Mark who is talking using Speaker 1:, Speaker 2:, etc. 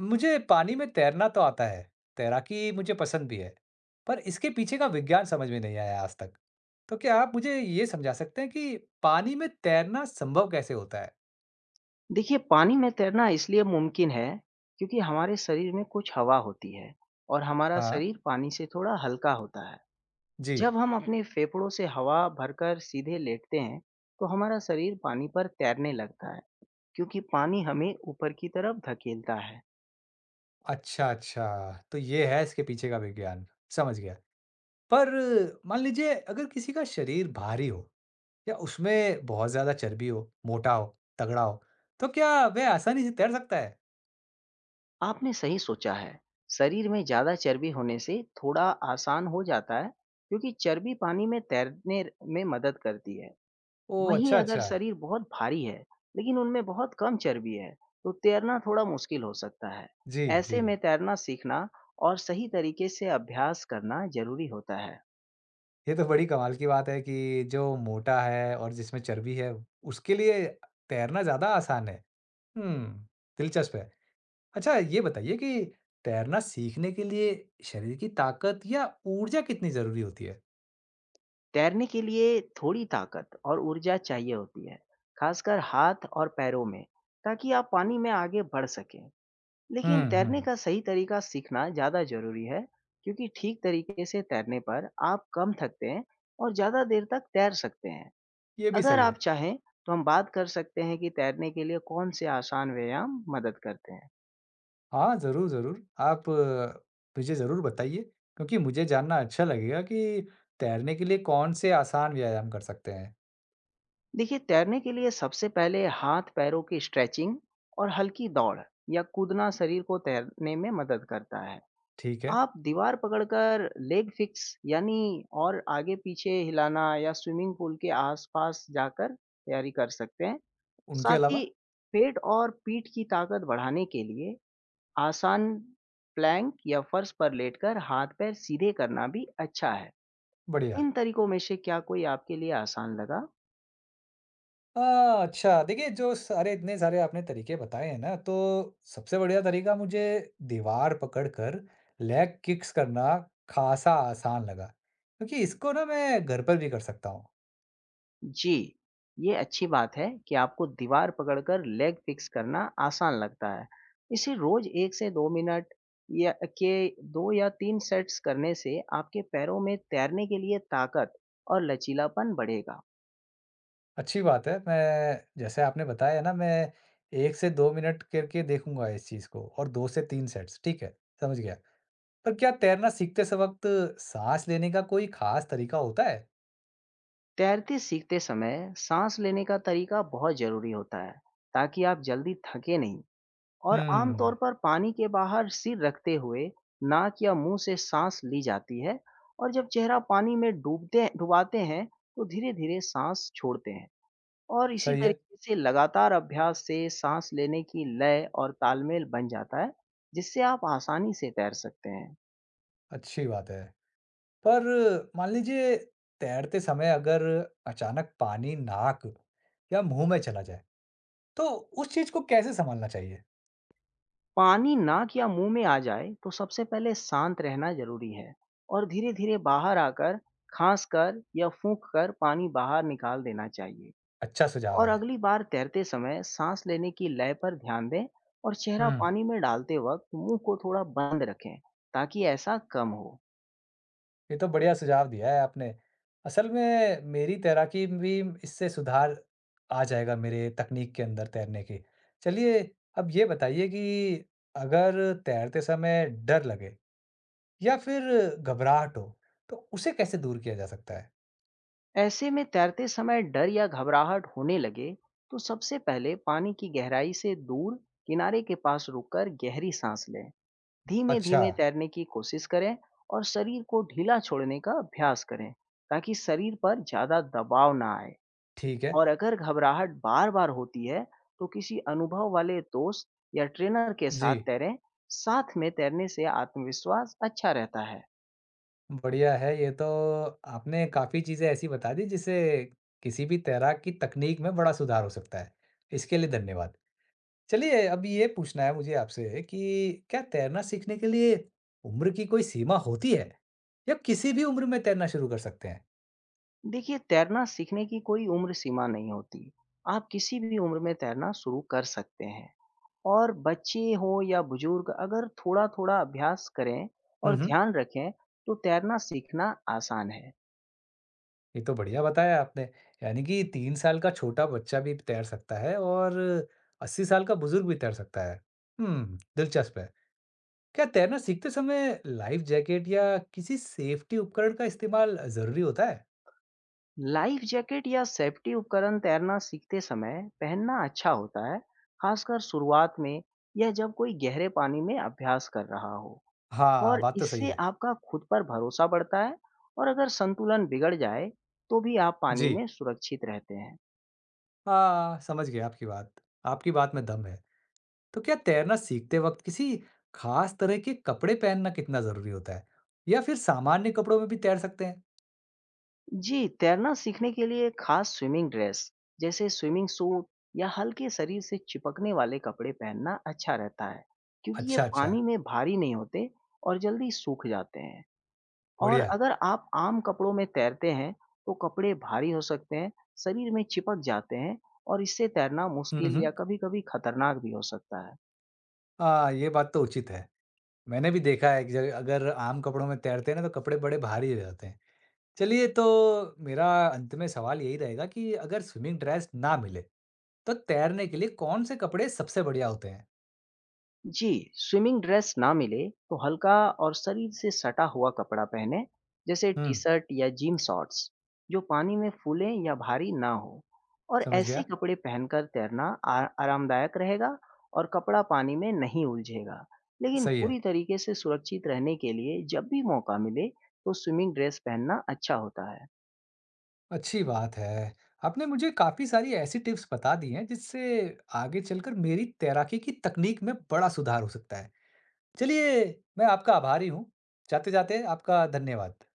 Speaker 1: मुझे पानी में तैरना तो आता है, तैराकी मुझे पसंद भी है, पर इसके पीछे का विज्ञान समझ में नहीं आया आज तक। तो क्या आप मुझे ये समझा सकते हैं कि पानी में तैरना संभव कैसे होता है?
Speaker 2: देखिए, पानी में तैरना इसलिए मुमकिन है, क्योंकि हमारे शरीर में कुछ हवा होती है और हमारा
Speaker 1: हाँ,
Speaker 2: शरीर पानी से थोड़ा हल्का होता है।
Speaker 1: जी।
Speaker 2: जब हम अपने फेफड़ों से हवा भरकर सीधे लेटते हैं, तो हमारा शरीर पानी पर तैरने लगता है, क्योंकि पानी हमें ऊपर की तरफ धकेलता है।
Speaker 1: अच्छा, अच्छा, तो ये है इसके पीछे का विज्ञान, समझ गया। पर मान लीजिए अगर किसी का शरीर भारी हो या उसमें बहुत ज़्यादा चर्बी हो, मोटा हो, तगड़ा हो, तो क्या वह आसानी से तैर सकता है?
Speaker 2: आपने सही सोचा है, शरीर में ज़्यादा चर्बी होने से थोड़ा आसान हो जाता है, क्योंकि चर्बी पानी में तैरने में मदद करती है।
Speaker 1: ओह!
Speaker 2: वहीं
Speaker 1: अच्छा,
Speaker 2: अगर
Speaker 1: अच्छा।
Speaker 2: शरीर बहुत भारी है, लेकिन उनमें बहुत कम चर्बी है, तो तैरना थोड़ा मुश्किल हो सकता है।
Speaker 1: जी, जी।
Speaker 2: ऐसे में तैरना सीखना और सही तरीके से अभ्यास करना जरूरी होता है।
Speaker 1: ये तो बड़ी कमाल की बात है कि जो मोटा है और जिसमें चर्बी है, उसके लिए तैरना ज़्यादा आसान है। हुँ, दिलचस्प है। अच्छा ये बताइए कि तैरना सीखने के लिए शरीर की ताकत या ऊर्जा कितनी ज़रूरी होती है?
Speaker 2: तैरने के लिए थोड़ी ताकत और ऊर्जा चाहिए होती है, खासकर हाथ और पैरों में, ताकि आप पानी में आगे बढ़ सकें।
Speaker 1: हुँ,
Speaker 2: लेकिन तैरने
Speaker 1: हुँ,
Speaker 2: का सही तरीका सीखना ज़्यादा जरूरी है, क्योंकि ठीक तरीके से तैरने पर आप कम थकते हैं और ज़्यादा देर तक तैर सकते हैं।
Speaker 1: ये भी
Speaker 2: अगर
Speaker 1: सही है।
Speaker 2: आप चाहें तो हम बात कर सकते हैं कि तैरने के लिए कौन से आसान व्यायाम मदद करते हैं।
Speaker 1: हाँ, ज़रूर, ज़रूर। आप मुझे ज़रूर बताइए क्योंकि मुझे जानना अच्छा लगेगा कि तैरने के लिए कौन से आसान व्यायाम कर सकते हैं।
Speaker 2: देखिए, तैरने के लिए सबसे पहले हाथ पैरों की स्ट्रेचिंग और हल्की दौड़ या कूदना शरीर को तैरने में मदद करता है।
Speaker 1: ठीक है,
Speaker 2: आप दीवार पकड़कर लेग फिक्स यानी और आगे पीछे हिलाना या स्विमिंग पूल के आसपास जाकर तैयारी कर सकते हैं।
Speaker 1: उनके
Speaker 2: साथ ही
Speaker 1: अलावा?
Speaker 2: पेट और पीठ की ताकत बढ़ाने के लिए आसान प्लैंक या फर्श पर लेटकर हाथ पैर सीधे करना भी अच्छा है।
Speaker 1: बढ़िया।
Speaker 2: इन तरीकों में से क्या कोई आपके लिए आसान लगा?
Speaker 1: अच्छा देखिए जो सारे इतने सारे आपने तरीके बताए हैं ना तो सबसे बढ़िया तरीका मुझे दीवार पकड़कर लेग किक्स करना खासा आसान लगा क्योंकि इसको ना मैं घर पर भी कर सकता हूँ।
Speaker 2: जी, ये अच्छी बात है कि आपको दीवार पकड़कर लेग फिक्स करना आसान लगता है। इसे रोज 1 से 2 मिनट या के 2 या 3 सेट्स करने से आपके पैरों में तैरने के लिए ताकत और लचीलापन बढ़ेगा।
Speaker 1: अच्छी बात है, मैं जैसे आपने बताया ना मैं 1 से 2 मिनट करके देखूंगा इस चीज़ को और 2 से 3 सेट्स। ठीक है, समझ गया। पर क्या तैरना सीखते स वक्त सांस लेने का कोई खास तरीका होता है?
Speaker 2: तैरते सीखते समय सांस लेने का तरीका बहुत जरूरी होता है, ताकि आप जल्दी थके नहीं। और
Speaker 1: हम्म।
Speaker 2: आमतौर पर पानी के बाहर सिर रखते हुए नाक या मुंह से सांस ली जाती है, और जब चेहरा पानी में डूबते डुबाते हैं, तो धीरे धीरे सांस छोड़ते हैं। और इसी
Speaker 1: सही है।
Speaker 2: तरीके से लगातार अभ्यास से सांस लेने की लय और तालमेल बन जाता है, जिससे आप आसानी से तैर सकते हैं।
Speaker 1: अच्छी बात है। पर मान लीजिए तैरते समय अगर अचानक पानी नाक या मुंह में चला जाए, तो उस चीज़ को कैसे सँभालना चाहिए?
Speaker 2: पानी नाक या मुंह में आ जाए तो सबसे पहले शांत रहना जरूरी है, और धीरे धीरे बाहर आकर खांस कर या फूंक कर पानी बाहर निकाल देना चाहिए।
Speaker 1: अच्छा सुझाव
Speaker 2: और
Speaker 1: है।
Speaker 2: अगली बार तैरते समय सांस लेने की लय पर ध्यान दें, और
Speaker 1: हुँ,
Speaker 2: चेहरा पानी में डालते वक्त मुंह को थोड़ा बंद रखें, ताकि ऐसा कम हो।
Speaker 1: ये तो बढ़िया सुझाव दिया है आपने। असल में मेरी तैराकी में भी इससे सुधार आ जाएगा मेरे तकनीक के अंदर तैरने की। चलिए अब ये बताइए कि अगर तैरते समय डर लगे या फिर घबराहट हो, तो उसे कैसे दूर किया जा सकता है?
Speaker 2: ऐसे में तैरते समय डर या घबराहट होने लगे, तो सबसे पहले पानी की गहराई से दूर किनारे के पास रुककर गहरी सांस लें, धीमे
Speaker 1: अच्छा,
Speaker 2: धीमे तैरने की कोशिश करें, और शरीर को ढीला छोड़ने का अभ्यास करें, ताकि शरीर पर ज्यादा दबाव ना आए।
Speaker 1: ठीक है।
Speaker 2: और अगर घबराहट बार-बार होती है, तो किसी अनुभव वाले दोस्त या ट्रेनर के
Speaker 1: जी।
Speaker 2: साथ तैरें। साथ में तैरने से आत्मविश्वास अच्छा रहता है।
Speaker 1: बढ़िया है, ये तो आपने काफ़ी चीज़ें ऐसी बता दी जिससे किसी भी तैराक की तकनीक में बड़ा सुधार हो सकता है। इसके लिए धन्यवाद। चलिए अब ये पूछना है मुझे आपसे कि क्या तैरना सीखने के लिए उम्र की कोई सीमा होती है? या किसी भी उम्र में तैरना शुरू कर सकते हैं?
Speaker 2: देखिए, तैरना सीखने की कोई उम्र सीमा नहीं होती। आप किसी भी उम्र में तैरना शुरू कर सकते हैं, और बच्चे हों या बुजुर्ग अगर थोड़ा-थोड़ा अभ्यास करें
Speaker 1: हुँ,
Speaker 2: और
Speaker 1: हुँ।
Speaker 2: ध्यान रखें, तो तैरना सीखना आसान है।
Speaker 1: ये तो बढ़िया बताया आपने। यानी कि 3 साल का छोटा बच्चा भी तैर सकता है और 80 साल का बुज़ुर्ग भी तैर सकता है। हुँ, दिलचस्प है। क्या तैरना सीखते समय लाइफ जैकेट या किसी सेफ्टी उपकरण का इस्तेमाल जरूरी होता है?
Speaker 2: लाइफ जैकेट या सेफ्टी उपकरण तैरना सीखते समय पहनना अच्छा होता है, खासकर शुरुआत में या जब कोई गहरे पानी में अभ्यास कर रहा हो।
Speaker 1: हाँ,
Speaker 2: और
Speaker 1: बात तो सही
Speaker 2: इससे
Speaker 1: है।
Speaker 2: आपका खुद पर भरोसा बढ़ता है, और अगर संतुलन बिगड़ जाए, तो भी आप पानी
Speaker 1: जी,
Speaker 2: में सुरक्षित रहते हैं।
Speaker 1: हाँ, समझ गया आपकी बात। आपकी बात में दम है। तो क्या तैरना सीखते वक्त किसी खास तरह के कपड़े पहनना कितना जरूरी होता है? या फिर सामान्य कपड़ों में भी तैर सकते हैं?
Speaker 2: जी, तैरना सीखने के लिए खास स्विमिंग ड्रेस, जैसे स्विमिंग सूट या हल्के शरीर से चिपकने वाले कपड़े पहनना अच्छा रहता है, क्योंकि ये
Speaker 1: अच्छा, अच्छा,
Speaker 2: पानी में भारी नहीं होते और जल्दी सूख जाते हैं। और
Speaker 1: बढ़िया।
Speaker 2: अगर आप आम कपड़ों में तैरते हैं, तो कपड़े भारी हो सकते हैं, शरीर में चिपक जाते हैं, और इससे तैरना
Speaker 1: हम्म
Speaker 2: मुश्किल
Speaker 1: हम्म,
Speaker 2: या कभी-कभी खतरनाक भी हो सकता है।
Speaker 1: हाँ, ये बात तो उचित है। मैंने भी देखा है कि अगर आम कपड़ों में तैरते हैं ना तो कपड़े बड़े भारी हो जाते हैं। चलिए तो मेरा अंत में सवाल यही रहेगा कि अगर स्विमिंग ड्रेस ना मिले तो तैरने के लिए कौन से कपड़े सबसे बढ़िया होते हैं?
Speaker 2: जी, स्विमिंग ड्रेस ना मिले तो हल्का और शरीर से सटा हुआ कपड़ा पहने, जैसे
Speaker 1: हुँ,
Speaker 2: टी शर्ट या जिम शॉर्ट्स, जो पानी में फूले या भारी ना हो। और
Speaker 1: समझ
Speaker 2: ऐसे
Speaker 1: गया।
Speaker 2: कपड़े पहनकर तैरना आरामदायक रहेगा, और कपड़ा पानी में नहीं उलझेगा। लेकिन
Speaker 1: सही है,
Speaker 2: पूरी तरीके से सुरक्षित रहने के लिए जब भी मौका मिले, तो स्विमिंग ड्रेस पहनना अच्छा होता है।
Speaker 1: अच्छी बात है। आपने मुझे काफ़ी सारी ऐसी टिप्स बता दी हैं जिससे आगे चलकर मेरी तैराकी की तकनीक में बड़ा सुधार हो सकता है। चलिए मैं आपका आभारी हूँ। जाते-जाते आपका धन्यवाद।